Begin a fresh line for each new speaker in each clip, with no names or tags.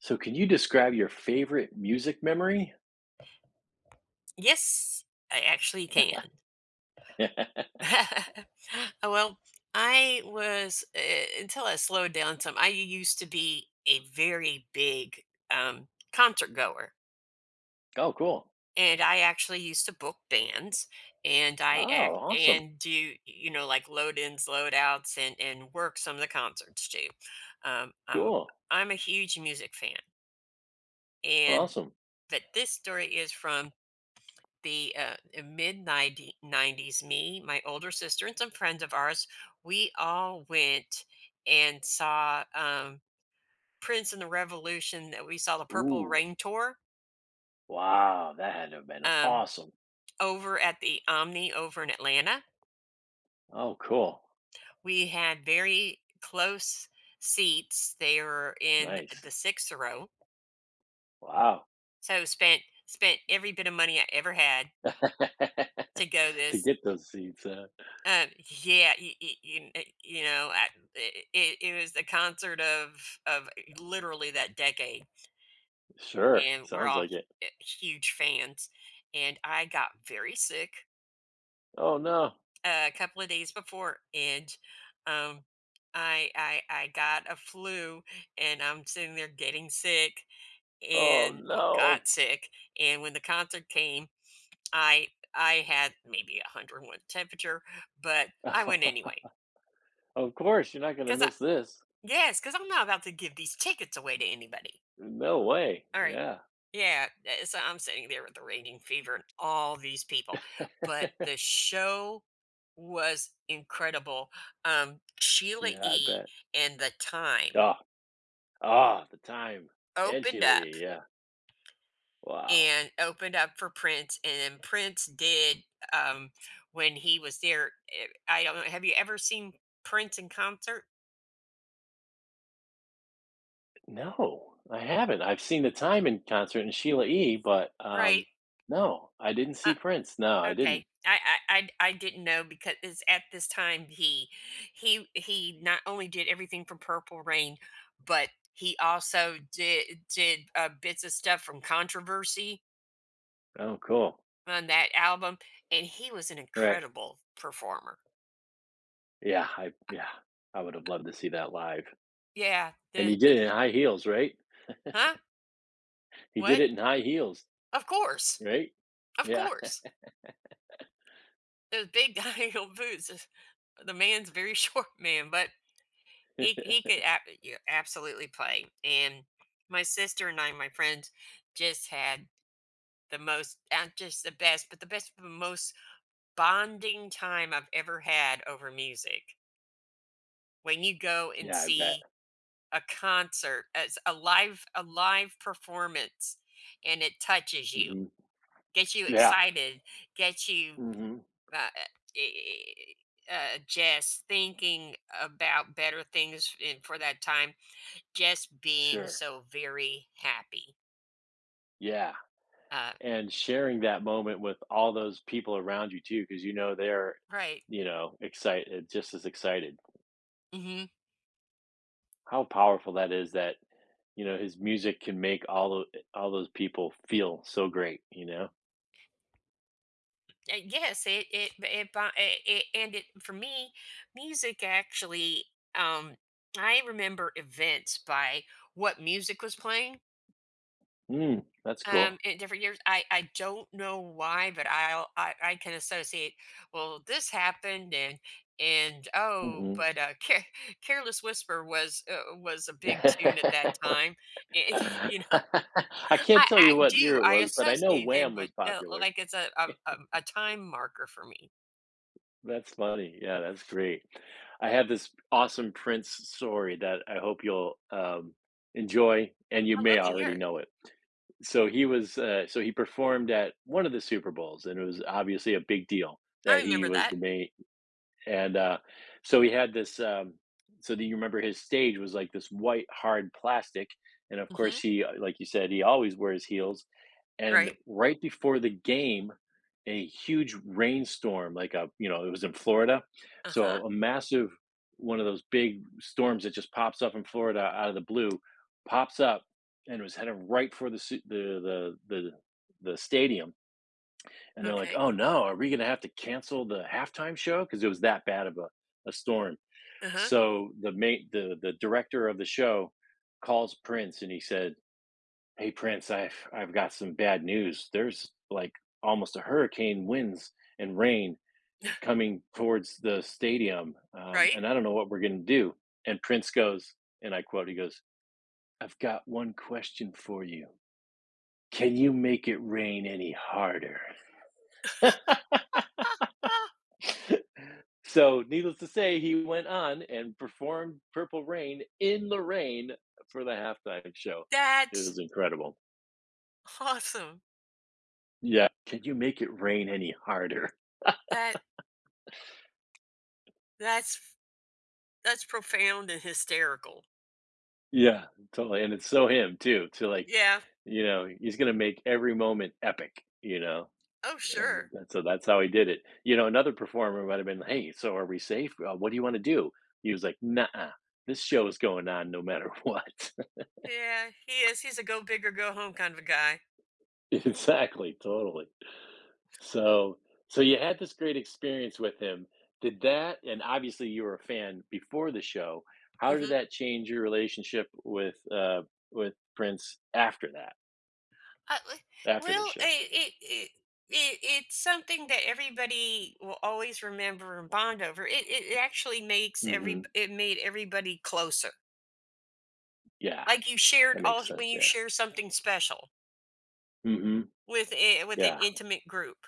So, can you describe your favorite music memory?
Yes, I actually can. Well, I was until I slowed down some. I used to be a very big um, concert goer,
Oh, cool.
and I actually used to book bands, and I
Oh,
act
awesome.
and do you know, like, load ins, load outs, and work some of the concerts too. Um, I'm
Cool.
I'm a huge music fan, and
Awesome.
but this story is from the mid 90 90s, me, my older sister, and some friends of ours. We all went and saw Prince and the Revolution. That, we saw the Purple
Ooh,
Rain tour,
wow. That had to have been
um,
awesome.
over at the Omni over in Atlanta.
Oh, cool.
We had very close seats. They were in
Nice.
the sixth row,
Wow.
so spent every bit of money I ever had to go
To
this.
get those seats,
Um, yeah, you know, I, it was the concert of— of literally, that decade,
sure.
and we're
Sounds
all
like it.
huge fans. And I got very sick
Oh, no.
a couple of days before, and um, I got a flu, and I'm sitting there getting sick,
Oh,
and, well,
no.
got sick. And when the concert came, I I had maybe a 101 temperature, but I went anyway
Of course, you're not going to
because—
miss this.
yes, because I'm not about to give these tickets away to anybody.
No way.
All right.
Yeah.
Yeah. So I'm sitting there with the raging fever and all these people. But the show was incredible. Sheila
Yeah, I
E.
bet.
and The Time
Oh, ah, the time. And
opened up
Chile. Yeah. Wow.
opened up for Prince. And then Prince did, um, when he was there. I don't know. Have you ever seen Prince in concert?
No, I haven't. I've seen The Time in concert and Sheila E., but,
Right.
no, I didn't see Prince. No, I didn't.
Okay, I didn't know because it's at this time he not only did everything from Purple Rain, but he also did— bits of stuff from Controversy
Oh, cool.
on that album, and he was an
Right.
incredible performer.
Yeah, I would have loved to see that live.
Yeah,
And he
the
did it in high heels, right?
huh?
He did
What?
it in high heels,
Of course,
right?
of
Yeah.
course. Those big high heel boots. The man's a very short man, but He he could— yeah, absolutely play. And my sister and I, my friends, just had the most— not just the best, but the best, the most bonding time I've ever had over music. When you go and
Yeah, I bet.
see a concert, as a live performance, and it touches you,
Mhm.
gets you
Yeah.
excited, gets you
Mhm.
uh, eh, just thinking about better things in, for that time. Just being
Sure.
so very happy.
Yeah,
Uh,
and sharing that moment with all those people around you too, because you know they're,
right.
you know, excited just as excited.
Hmm.
How powerful that is that, you know, his music can make all of all those people feel so great, you know?
Yes, it, bo- it and it for me, music actually. Um, I remember events by what music was playing.
Mm, that's cool.
In different years, I don't know why, but I can associate. Well, this happened, and— oh,
Mhm.
but, Careless Whisper was, was a big tune at
I
that time. You know.
can't
I
tell you
I
what year
do,
it
I
was, but I know
associate them,
Wham was
but
popular.
like, it's a time marker for me.
That's funny. Yeah, that's great. I have this awesome Prince story that I hope you'll enjoy, and you
I
may
love to hear
already
it.
know it. So he was, so he performed at one of the Super Bowls, and it was obviously a big deal
I
that he
remember
was
that.
the main. And so he had this. So do you remember his stage was like this white hard plastic, and of course
Mhm.
he, like you said, he always wears heels. And
Right.
right before the game, a huge rainstorm, like a you know it was in Florida, so
Uh-huh.
a massive one of those big storms that just pops up in Florida out of the blue, pops up and was heading right for the the stadium, and they're like,
Okay.
"Oh, no. Are we gonna have to cancel the halftime show? Because it was that bad of a storm."
Uh-huh.
So the director of the show calls Prince, and he said, "Hey, Prince, I've got some bad news. There's, like, almost a hurricane winds and rain coming towards the stadium,
Right.
and I don't know what we're gonna do." And Prince goes, and I quote, he goes, "I've got one question for you. Can you make it rain any harder?"
Huh, huh.
So, needless to say, he went on and performed Purple Rain in the rain for the halftime show. It
That's
was incredible.
awesome.
Yeah. Can you make it rain any harder?
That that's that's profound and hysterical.
Yeah, totally. And it's so him too, to like,
Yeah.
you know, he's going to make every moment epic, you know?
Oh,
And
sure.
that, so that's how he did it. You know, another performer might have been, hey, so are we safe? What do you want to do? He was like, nah, this show is going on no matter what.
Yeah, he is. He's a go big or go home kind of a guy.
Exactly. Totally. So so you had this great experience with him. Did that, and obviously you were a fan before the show. How did
Mhm.
that change your relationship with Prince after that,
Uh, w-
after the
well,
show?
it, it, it's something that everybody will always remember and bond over. It actually makes every—
Mhm.
it made everybody closer.
Yeah,
Like you shared
that
all—
makes sense,
when you
yeah.
share something special
Mhm.
with with an
Yeah,
intimate group,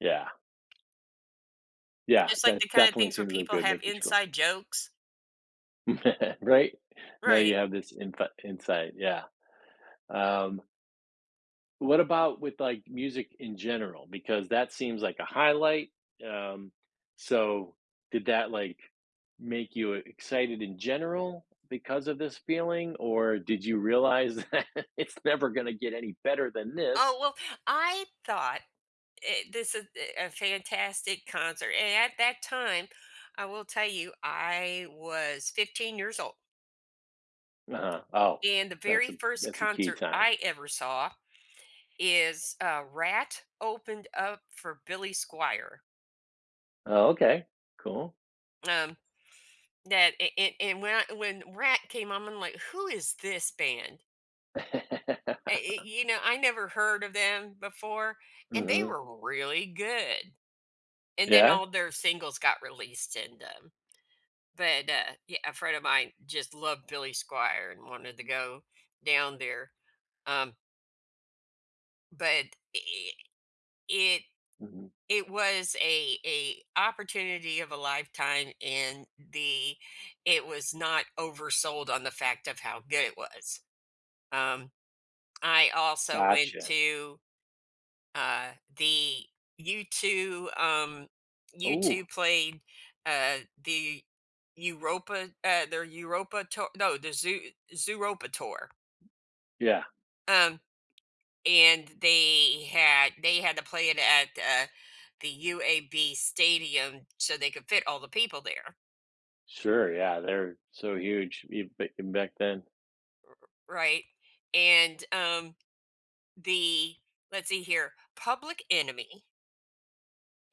yeah, yeah,
just like
that
the kind of
definitely
things where
seems like it
people
would
have
make you sculpture.
inside jokes,
Right? Now you
right?
have this infi insight, yeah. Um, what about with, like, music in general? Because that seems like a highlight, um, so did that, like, make you excited in general because of this feeling, or did you realize that it's never gonna get any better than this?
Oh, well, I thought— this is a fantastic concert, and at that time, I will tell you, I was 15 years old.
Uh-huh. Oh,
And the
that's a
very first
that's a key
concert
time.
I ever saw is, Rat opened up for Billy Squire.
Oh, okay. Cool.
Um, that a and when I— when Rat came on, I'm like, "Who is this band?" I never heard of them before, and they
Mhm.
were really good. And then
Yeah?
all their singles got released, and, but, yeah, a friend of mine just loved Billy Squire and wanted to go down there. Um, but I it
Mhm.
It was a opportunity of a lifetime, and the it was not oversold on the fact of how good it was. Um, I also went
Gotcha.
to, the U2,
Oh,
U2 played, the Europa— their Europa Tour, no, the Zooropa Tour,
yeah.
um and they had to play it at, the UAB stadium so they could fit all the people there,
Sure, yeah, they're so huge e b back then.
right? And, the let's see here, Public Enemy,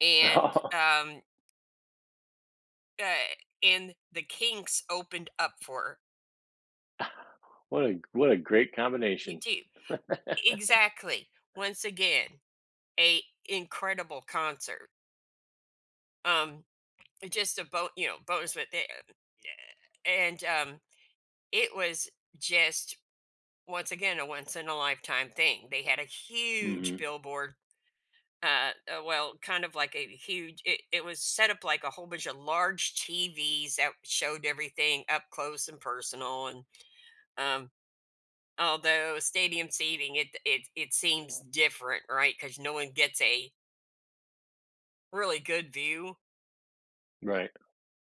and, uh, the Kinks opened up for
What a great
you
combination.
too. Exactly. Once again, a incredible concert. Um, just a— bonus with it, and, it was just, once again, a once in a lifetime thing. They had a huge
Mhm.
billboard, well, kind of like a huge— it was set up like a whole bunch of large TVs that showed everything up close and personal. And, um, although stadium seating, it seems different, right? Because no one gets a really good view.
Right.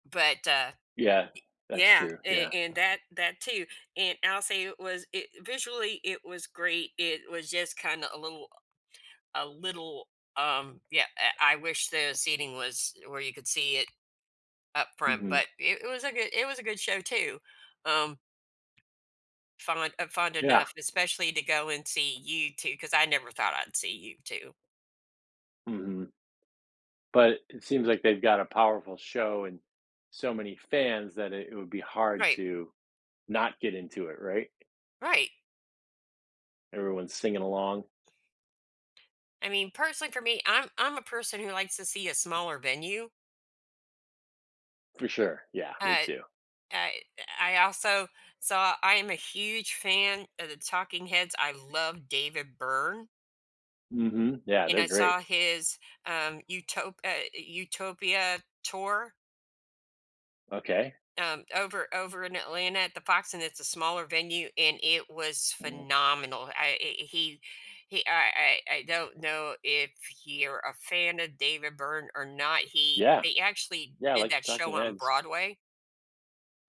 But,
Yeah, that's
yeah,
true, yeah.
and that too. And I'll say it was— it visually, it was great. It was just kind of a little— a little yeah, I wish the seating was where you could see it up front,
Mhm.
but it was a good— show too, um fond
Yeah,
enough, especially to go and see you two because I never thought I'd see you two.
mhm. But it seems like they've got a powerful show and so many fans that it would be hard
Right,
to not get into it, right?
right.
Everyone's singing along.
I mean, personally, for me, I'm a person who likes to see a smaller venue.
For sure, yeah, me
uh
too.
i i also saw— I am a huge fan of the Talking Heads. I love David Byrne,
Mhm. Yeah,
and
they're
I
great.
saw his Utopia tour,
Okay.
over in Atlanta at the Fox, and it's a smaller venue, and it was
Mhm.
phenomenal. I- he, I don't know if you're a fan of David Byrne or not. He
Yeah,
They actually
yeah, I
did
like the
that show
Talking
on
Heads.
Broadway.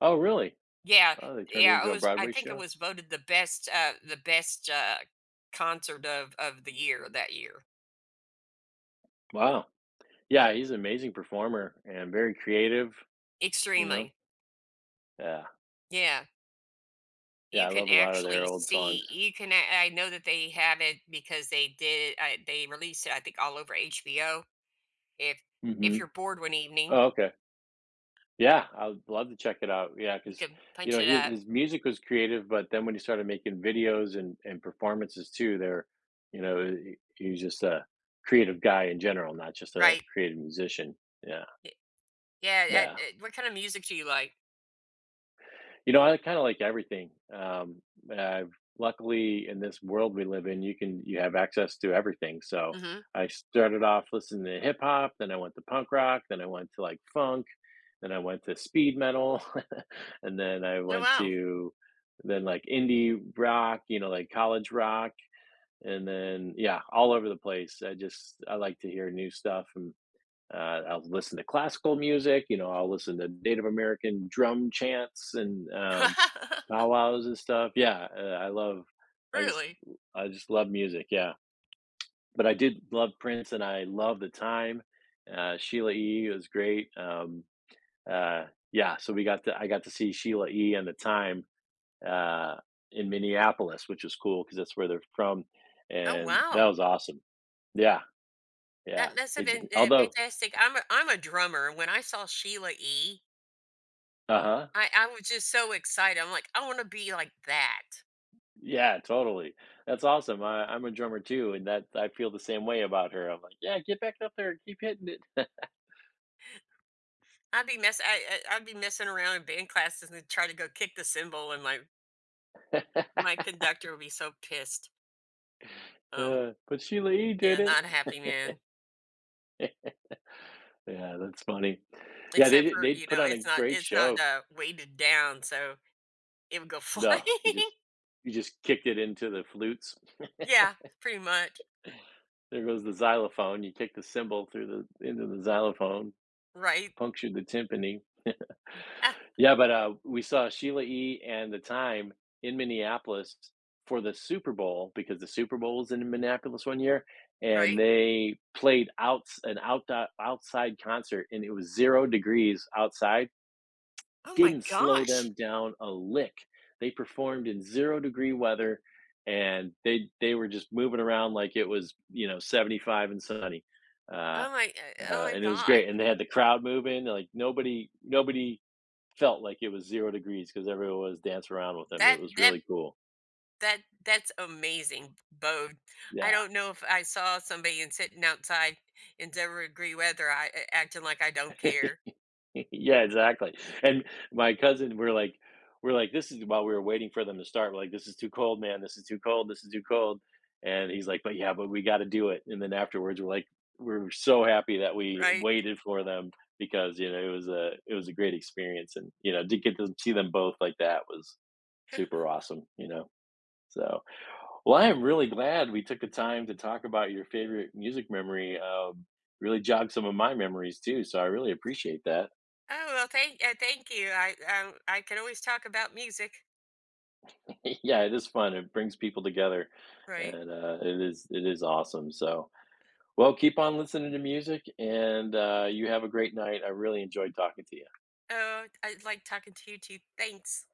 Oh, really?
Yeah,
Oh, they turned it
yeah.
into
It
a
was I
Broadway
think it
show?
was voted the best— concert of the year that year.
Wow. Yeah, he's an amazing performer and very creative, you know?
Extremely.
Yeah.
Yeah.
Yeah,
You
I
can
love a lot of their
actually
old
see—
songs.
I know that they have it because they released it, I think, all over HBO. If if
Mhm.
you're bored one evening,
Oh, okay. Yeah, I would love to check it out. Yeah,
you
because
can
you
punch
know,
it up,
his music was creative, but then when he started making videos and performances too, they're you know, he he's just a creative guy in general, not just a
right?
creative musician. Yeah,
Y Yeah,
yeah.
what kind of music do you like?
You know, I kinda like everything. I've luckily, in this world we live in, you can you have access to everything, so
Mhm.
I started off listening to hip hop, then I went to punk rock, then I went to, like, funk, then I went to speed metal, and then I
Oh,
went
wow.
to then like indie rock, you know, like college rock, and then yeah, all over the place. I just I like to hear new stuff, and I'll listen to classical music. You know, I'll listen to Native American drum chants and powwows and stuff. Yeah, I love. I just
Really?
I just love music. Yeah, but I did love Prince, and I love the time. Sheila E. was great. Uh, yeah, so we got to I got to see Sheila E. and The Time, uh, in Minneapolis, which was cool because that's where they're from,
Oh,
and that
wow.
was awesome. Yeah, yeah,
That must have
they've
been,
been although
fantastic. I'm a drummer, and when I saw Sheila E.,
Uh-huh.
I was just so excited, I'm like, "I wanna be like that."
Yeah, totally. That's awesome. I I'm a drummer too, and that I feel the same way about her. I'm like, "Yeah, get back up there and keep hitting it."
I'd be messing around in band classes and try to go kick the cymbal, and my my conductor would be so pissed. Um,
But Sheila E. did
yeah, not a happy
it.
man.
Yeah, that's funny. Yeah, they
Except
did
for,
they put on a
it's not
great
it's not,
show,
uh, weighted down, so it would go flying.
though. He just kicked it into the flutes.
Yeah, pretty much,
There goes the xylophone. You kick the cymbal through the into the xylophone,
right?
punctured the timpani.
Ah,
Yeah, but, we saw Sheila E. and The Time in Minneapolis for the Super Bowl because the Super Bowl was in Minneapolis one year, and
right?
they played outs an out outside concert, and it was 0 degrees outside.
Oh my
Didn't slow
gosh.
them down a lick. They performed in zero-degree weather, and they were just moving around like it was, you know, 75 and sunny. Uh
Oh my
and it was
gosh.
great. And they had the crowd moving. Like nobody, nobody felt like it was 0 degrees because everyone was dancing around with them. It
That
was
that
really cool.
that's amazing, Bode. I
Yeah,
don't know if I saw somebody and sitting outside in Deborah agree whether I acting like I don't care.
yeah, exactly. And my cousin, we're like, this is while we were waiting for them to start. We're like, this is too cold, man. This is too cold. This is too cold. And he's like, but yeah, but we got to do it. And then afterwards, we're like, we're so happy that we
Right.
waited for them because you know it was a great experience, and you know to get to see them both like that was super awesome. You know. So, well, I am really glad we took the time to talk about your favorite music memory. Really jogged some of my memories too, so I really appreciate that.
Oh, well, thank you. I can always talk about music.
Yeah, it is fun. It brings people together,
Right.
and it is awesome. So, well, keep on listening to music, and you have a great night. I really enjoyed talking to you.
Oh, I like talking to you too. Thanks.